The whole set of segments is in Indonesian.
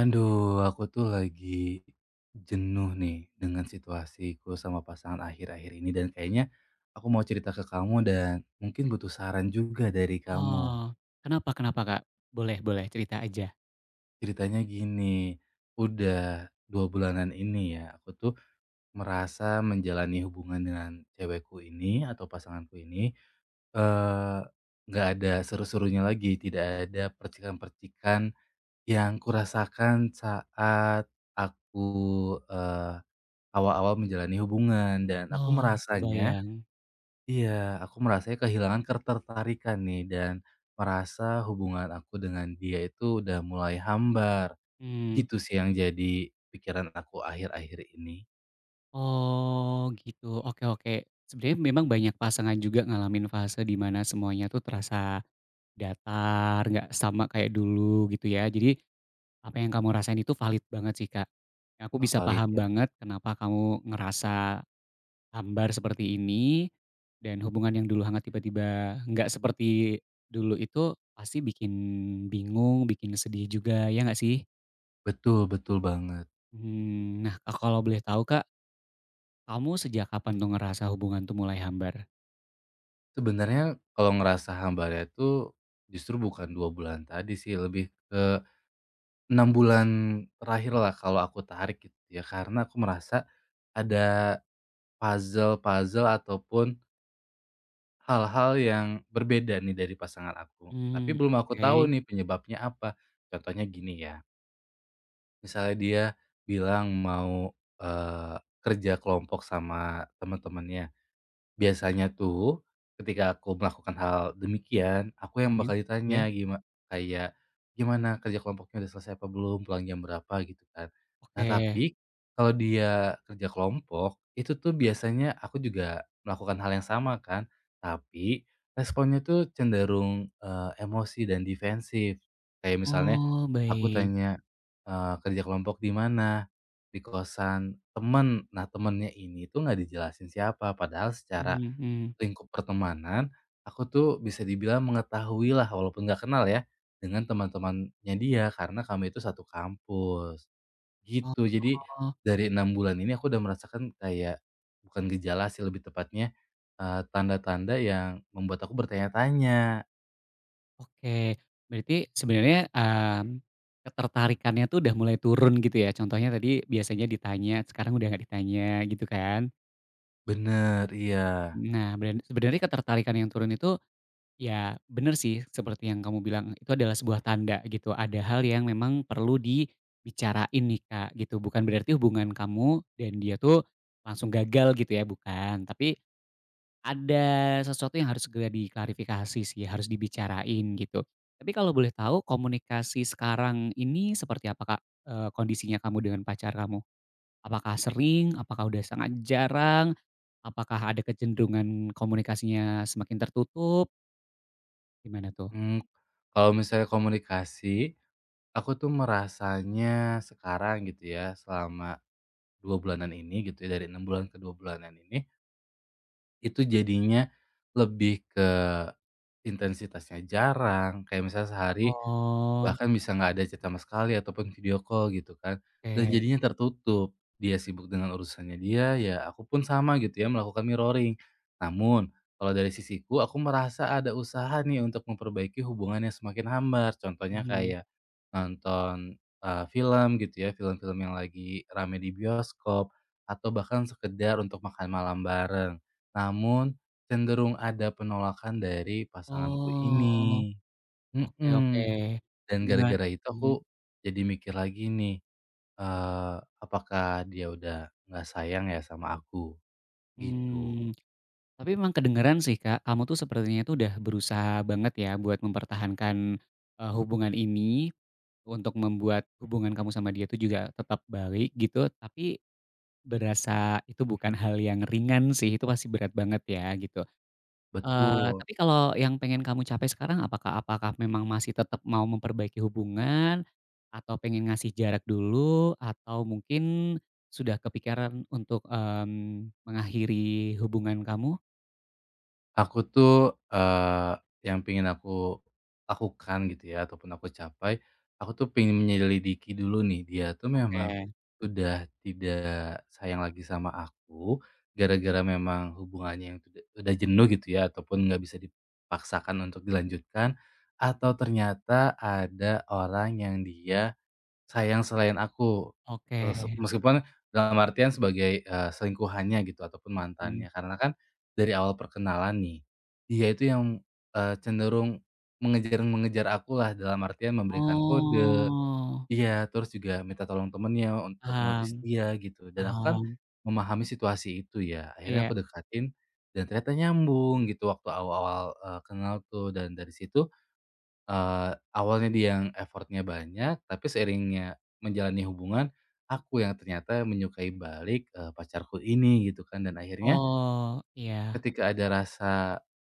Aduh, aku tuh lagi jenuh nih dengan situasiku sama pasangan akhir-akhir ini, dan kayaknya aku mau cerita ke kamu dan mungkin butuh saran juga dari kamu. Oh, kenapa kenapa, Kak? Boleh boleh, cerita aja. Ceritanya gini, udah dua bulanan ini ya, aku tuh merasa menjalani hubungan dengan cewekku ini atau pasanganku ini eh nggak ada seru-serunya lagi, tidak ada percikan-percikan yang kurasakan saat aku awal-awal menjalani hubungan. Dan aku Oh, merasanya, kebayang. iya, aku merasanya kehilangan ketertarikan nih dan merasa hubungan aku dengan dia itu udah mulai hambar. hmm Gitu sih yang jadi pikiran aku akhir-akhir ini. oh, gitu. Oke oke. Sebenarnya memang banyak pasangan juga ngalamin fase di mana semuanya tuh terasa datar, nggak sama kayak dulu gitu ya. Jadi apa yang kamu rasain itu valid banget sih, Kak. Aku Oh, bisa valid paham ya? banget kenapa kamu ngerasa hambar seperti ini, dan hubungan yang dulu hangat tiba-tiba nggak seperti dulu itu pasti bikin bingung, bikin sedih juga, ya nggak sih? Betul, betul banget. Nah, kalau boleh tahu, Kak, kamu sejak kapan tuh ngerasa hubungan tuh mulai hambar? Sebenarnya kalau ngerasa hambarnya itu justru bukan 2 bulan tadi sih, lebih ke 6 bulan terakhir lah kalau aku tarik gitu ya, karena aku merasa ada puzzle-puzzle ataupun hal-hal yang berbeda nih dari pasangan aku, tapi Mmm, belum aku tahu oke, nih penyebabnya apa. Contohnya gini ya, misalnya dia bilang mau, eee, kerja kelompok sama teman-temannya. Biasanya tuh, ketika aku melakukan hal demikian, aku yang mhm, bakal ditanya, ya, gimana kayak, "Gimana kerja kelompoknya, udah selesai apa belum? Pulang jam berapa?" Gitu kan. Nah oke. tapi, kalau dia kerja kelompok, itu tuh biasanya aku juga melakukan hal yang sama kan, tapi responnya tuh cenderung, emosi dan defensif. Kayak misalnya, Oh, aku baik, tanya, "Kerja kelompok di mana?" "Di kosan temen." Nah, temennya ini tuh nggak dijelasin siapa, padahal secara mhm mhm. lingkup pertemanan, aku tuh bisa dibilang mengetahui lah, walaupun nggak kenal ya, dengan teman-temannya dia, karena kami itu satu kampus, gitu. Jadi Oh. dari 6 bulan ini aku udah merasakan kayak bukan gejala sih, lebih tepatnya, tanda-tanda yang membuat aku bertanya-tanya. Oke, berarti sebenarnya, ketertarikannya tuh udah mulai turun gitu ya? Contohnya tadi biasanya ditanya, sekarang udah nggak ditanya gitu kan? Bener, iya. Nah, beran Sebenarnya ketertarikan yang turun itu, ya bener sih seperti yang kamu bilang, itu adalah sebuah tanda gitu, ada hal yang memang perlu dibicarain nih Kak, gitu. Bukan berarti hubungan kamu dan dia tuh langsung gagal gitu ya, bukan. Tapi ada sesuatu yang harus segera diklarifikasi sih, harus dibicarain gitu. Tapi kalau boleh tahu komunikasi sekarang ini seperti apa Kak, kondisinya kamu dengan pacar kamu? Apakah sering? Apakah udah sangat jarang? Apakah ada kecenderungan komunikasinya semakin tertutup? Gimana tuh? Mmm, kalau misalnya komunikasi, aku tuh merasanya sekarang gitu ya, selama 2 bulanan ini gitu ya, dari 6 bulan ke 2 bulanan ini, itu jadinya lebih ke intensitasnya jarang, kayak misalnya sehari Oh, bahkan bisa nggak ada chat sama sekali ataupun video call gitu kan, dan oke, jadinya tertutup. Dia sibuk dengan urusannya dia, ya aku pun sama gitu ya, melakukan mirroring. Namun, kalau dari sisiku aku merasa ada usaha nih untuk memperbaiki hubungan yang semakin hambar. Contohnya mhm. kayak nonton, film gitu ya, film-film yang lagi rame di bioskop, atau bahkan sekedar untuk makan malam bareng. Namun, cenderung ada penolakan dari pasanganku Oh, ini. oke oke. Mhm. Dan Dengan gara-gara itu mhm, aku jadi mikir lagi nih, eee, apakah dia udah nggak sayang ya sama aku? Gitu. mmm. Tapi memang kedengeran sih, Kak, kamu tuh sepertinya tuh udah berusaha banget ya buat mempertahankan, hubungan ini, untuk membuat hubungan kamu sama dia tuh juga tetap baik gitu, tapi berasa itu bukan hal yang ringan sih, itu pasti berat banget ya gitu. Betul. Betul. Tapi kalau yang pengen kamu capai sekarang apakah apakah memang masih tetap mau memperbaiki hubungan, atau pengen ngasih jarak dulu, atau mungkin sudah kepikiran untuk, mengakhiri hubungan kamu? Aku tuh, yang pengen aku lakukan gitu ya ataupun aku capai, aku tuh pengen menyelidiki dulu nih, dia tuh Oke. memang sudah tidak sayang lagi sama aku, gara-gara memang hubungannya yang udah jenuh gitu ya ataupun nggak bisa dipaksakan untuk dilanjutkan, atau ternyata ada orang yang dia sayang selain aku, eee, se Oke. meskipun dalam artian sebagai, selingkuhannya gitu ataupun Mhm. mantannya. Karena kan dari awal perkenalan nih, dia itu yang, cenderung mengejar-mengejar akulah, dalam artian memberikan kode, Oh, iya, terus juga minta tolong temennya untuk notice paham dia gitu, dan aku kan paham. memahami situasi itu ya, akhirnya Iya. aku dekatin dan ternyata nyambung gitu waktu awal-awal, kenal tuh. Dan dari situ awalnya dia yang effortnya banyak, tapi seiringnya menjalani hubungan, aku yang ternyata menyukai balik, pacarku ini gitu kan. Dan akhirnya Oh, iya. ketika ada rasa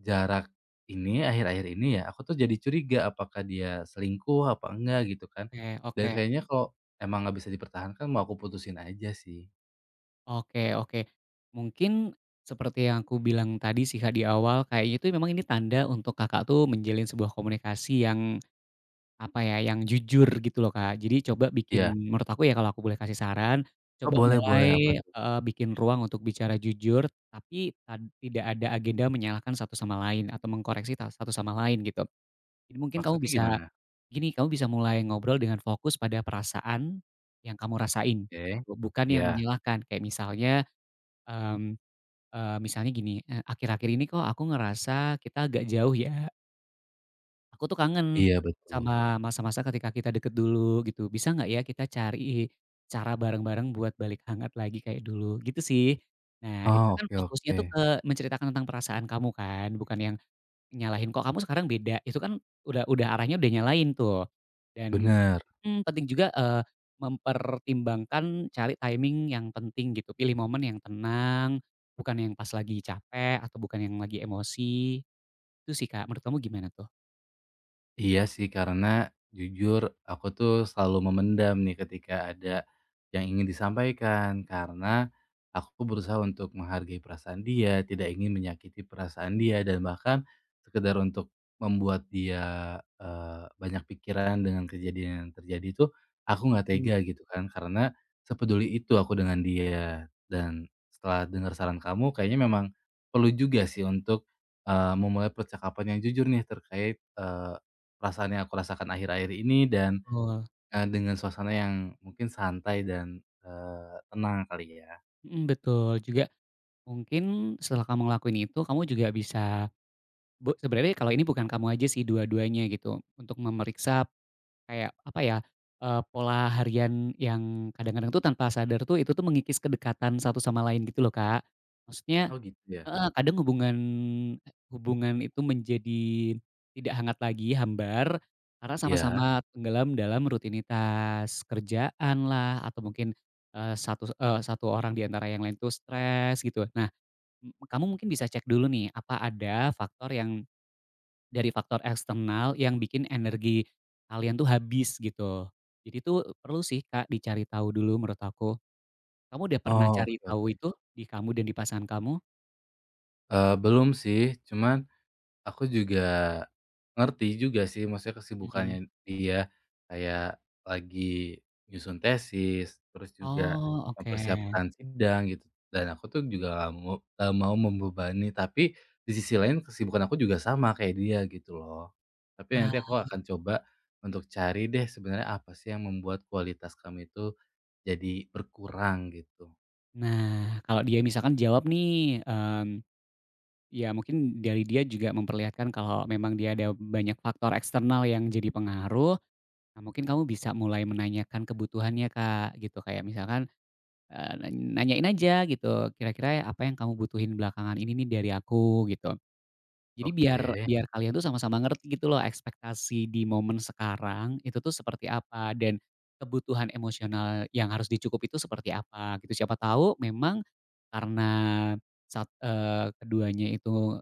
jarak ini, akhir-akhir ini ya, aku tuh jadi curiga apakah dia selingkuh apa enggak gitu kan. Oke oke Dan kayaknya kalau emang nggak bisa dipertahankan, mau aku putusin aja sih. oke oke. Mungkin seperti yang aku bilang tadi sih, Kak, di awal, kayaknya itu memang ini tanda untuk Kakak tuh menjalin sebuah komunikasi yang, apa ya, yang jujur gitu loh, Kak. Jadi coba Iya. bikin menurut aku ya kalau aku boleh kasih saran, Oh, coba boleh boleh, apa mulai, tuh? Bikin ruang untuk bicara jujur, tapi tidak ada agenda menyalahkan satu sama lain atau mengkoreksi satu sama lain gitu. Jadi mungkin kamu Maksudnya bisa gimana? gini, kamu bisa mulai ngobrol dengan fokus pada perasaan yang kamu rasain, Oke. Bukan yang Iya. menyalahkan. Kayak misalnya, mmm, misalnya gini, "Akhir-akhir ini kok aku ngerasa kita agak jauh ya. Aku tuh kangen Iya betul. sama masa-masa ketika kita deket dulu," gitu. "Bisa nggak ya kita cari cara bareng-bareng buat balik hangat lagi kayak dulu?" Gitu sih. Nah, itu Oh kan oke fokusnya oke. tuh ke menceritakan tentang perasaan kamu kan, bukan yang nyalahin, "Kok kamu sekarang beda?" Itu kan udah arahnya udah nyalahin tuh. Dan Bener. mhm, penting juga, mempertimbangkan cari timing yang penting gitu, pilih momen yang tenang, bukan yang pas lagi capek atau bukan yang lagi emosi. Itu sih, Kak. Menurut kamu gimana tuh? Iya sih, karena jujur aku tuh selalu memendam nih ketika ada yang ingin disampaikan. Karena aku berusaha untuk menghargai perasaan dia, tidak ingin menyakiti perasaan dia, dan bahkan sekedar untuk membuat dia banyak pikiran dengan kejadian yang terjadi itu, aku nggak Mmm. tega gitu kan. Karena sepeduli itu aku dengan dia. Dan setelah dengar saran kamu, kayaknya memang perlu juga sih untuk memulai percakapan yang jujur nih terkait perasaan yang aku rasakan akhir-akhir ini, dan, Betul, dengan suasana yang mungkin santai dan, tenang kali ya. mhm, betul. Juga mungkin setelah kamu ngelakuin itu, kamu juga bisa sebenarnya kalau ini bukan kamu aja sih, dua-duanya gitu, untuk memeriksa kayak apa ya, pola harian yang kadang-kadang tuh tanpa sadar tuh itu tuh mengikis kedekatan satu sama lain gitu loh, Kak. Maksudnya Oh gitu ya? heeh, kadang hubungan hubungan itu menjadi tidak hangat lagi, hambar, karena Iya. sama-sama tenggelam dalam rutinitas kerjaan lah atau mungkin, satu orang di antara yang lain tuh stres gitu. Nah, kamu mungkin bisa cek dulu nih, apa ada faktor yang dari faktor eksternal yang bikin energi kalian tuh habis gitu. Jadi tuh perlu sih, Kak, dicari tahu dulu menurut aku. Kamu udah pernah Oh oke cari oke. tahu itu di kamu dan di pasangan kamu? Belum sih, cuman aku juga ngerti juga sih, maksudnya Mhm. kesibukannya dia, kayak lagi nyusun tesis, terus juga Oh, oke. mempersiapkan sidang gitu, dan aku tuh juga nggak mau membebani, tapi di sisi lain kesibukan aku juga sama kayak dia gitu loh. Tapi nanti Ah, aku akan coba untuk cari deh sebenarnya apa sih yang membuat kualitas kami itu jadi berkurang gitu. nah kalau dia misalkan jawab nih, ya mungkin dari dia juga memperlihatkan kalau memang dia ada banyak faktor eksternal yang jadi pengaruh. Nah mungkin kamu bisa mulai menanyakan kebutuhannya, Kak, gitu. Kayak misalkan Eee, nanyain aja gitu, "Kira-kira apa yang kamu butuhin belakangan ini nih dari aku?" Gitu. Jadi biar Oke, biar kalian tuh sama-sama ngerti gitu loh ekspektasi di momen sekarang itu tuh seperti apa, dan kebutuhan emosional yang harus dicukup itu seperti apa gitu. Siapa tahu memang karena saat keduanya itu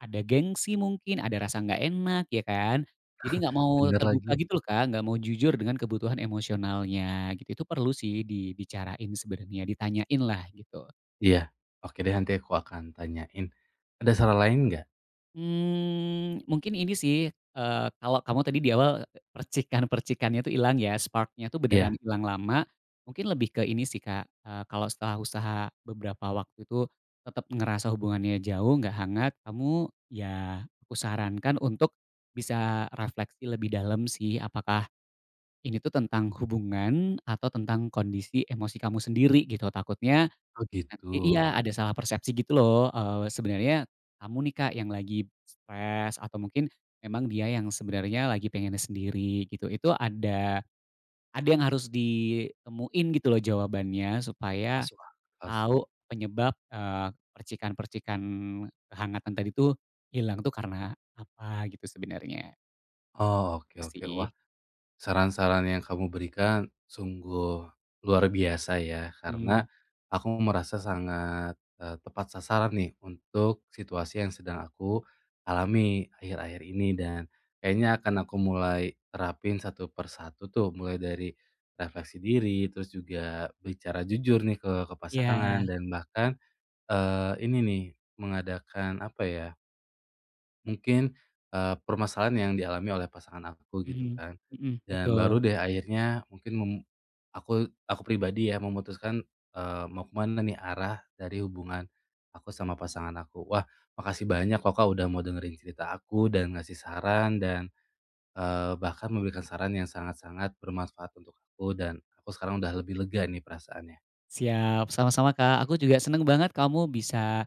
ada gengsi mungkin, ada rasa nggak enak ya kan. Jadi nggak mau bener terbuka lagi. gitu loh Kak, nggak mau jujur dengan kebutuhan emosionalnya gitu. Itu perlu sih dibicarain sebenarnya, ditanyain lah gitu. Iya, oke deh nanti aku akan tanyain. Ada saran lain nggak? Mungkin ini sih, kalau kamu tadi di awal percikan-percikannya tuh hilang ya, spark-nya tuh beneran Iya, hilang lama, mungkin lebih ke ini sih Kak, kalau setelah usaha beberapa waktu itu tetap ngerasa hubungannya jauh, nggak hangat, kamu ya aku sarankan untuk bisa refleksi lebih dalam sih, apakah ini tuh tentang hubungan atau tentang kondisi emosi kamu sendiri gitu. Takutnya oh gitu, nanti iya, ada salah persepsi gitu loh, sebenarnya kamu nih, Kak, yang lagi stres atau mungkin memang dia yang sebenarnya lagi pengennya sendiri gitu. Itu ada yang harus ditemuin gitu loh jawabannya supaya masuk akal sih. tahu penyebab, percikan-percikan kehangatan tadi tuh hilang tuh karena apa gitu sebenarnya, Oh, oke itu oke. sih. Wah, saran-saran yang kamu berikan sungguh luar biasa ya, Mmm, karena aku merasa sangat, tepat sasaran nih untuk situasi yang sedang aku alami akhir-akhir ini. Dan kayaknya akan aku mulai terapin satu persatu tuh, mulai dari refleksi diri, terus juga bicara jujur nih ke iya, pasangan, dan bahkan, ini nih, mengadakan apa ya, mungkin, permasalahan yang dialami oleh pasangan aku gitu mhm, kan, mhm, dan betul. baru deh akhirnya mungkin mem aku pribadi ya memutuskan, mau kemana nih arah dari hubungan aku sama pasangan aku. Wah, makasih banyak loh Kak, udah mau dengerin cerita aku dan ngasih saran dan, bahkan memberikan saran yang sangat-sangat bermanfaat untuk aku, dan aku sekarang udah lebih lega nih perasaannya. Siap, sama-sama, Kak, aku juga seneng banget kamu bisa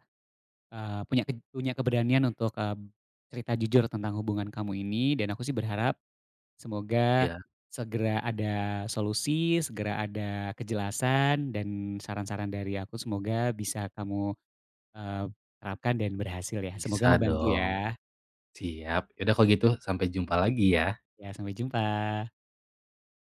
Eee, punya ke punya keberanian untuk, cerita jujur tentang hubungan kamu ini dan aku sih berharap semoga Ya, segera ada solusi, segera ada kejelasan dan saran-saran dari aku semoga bisa kamu, eee, terapkan dan berhasil ya. Semoga bisa membantu dong. ya. Siap. Yaudah kalau gitu sampai jumpa lagi ya. Ya sampai jumpa.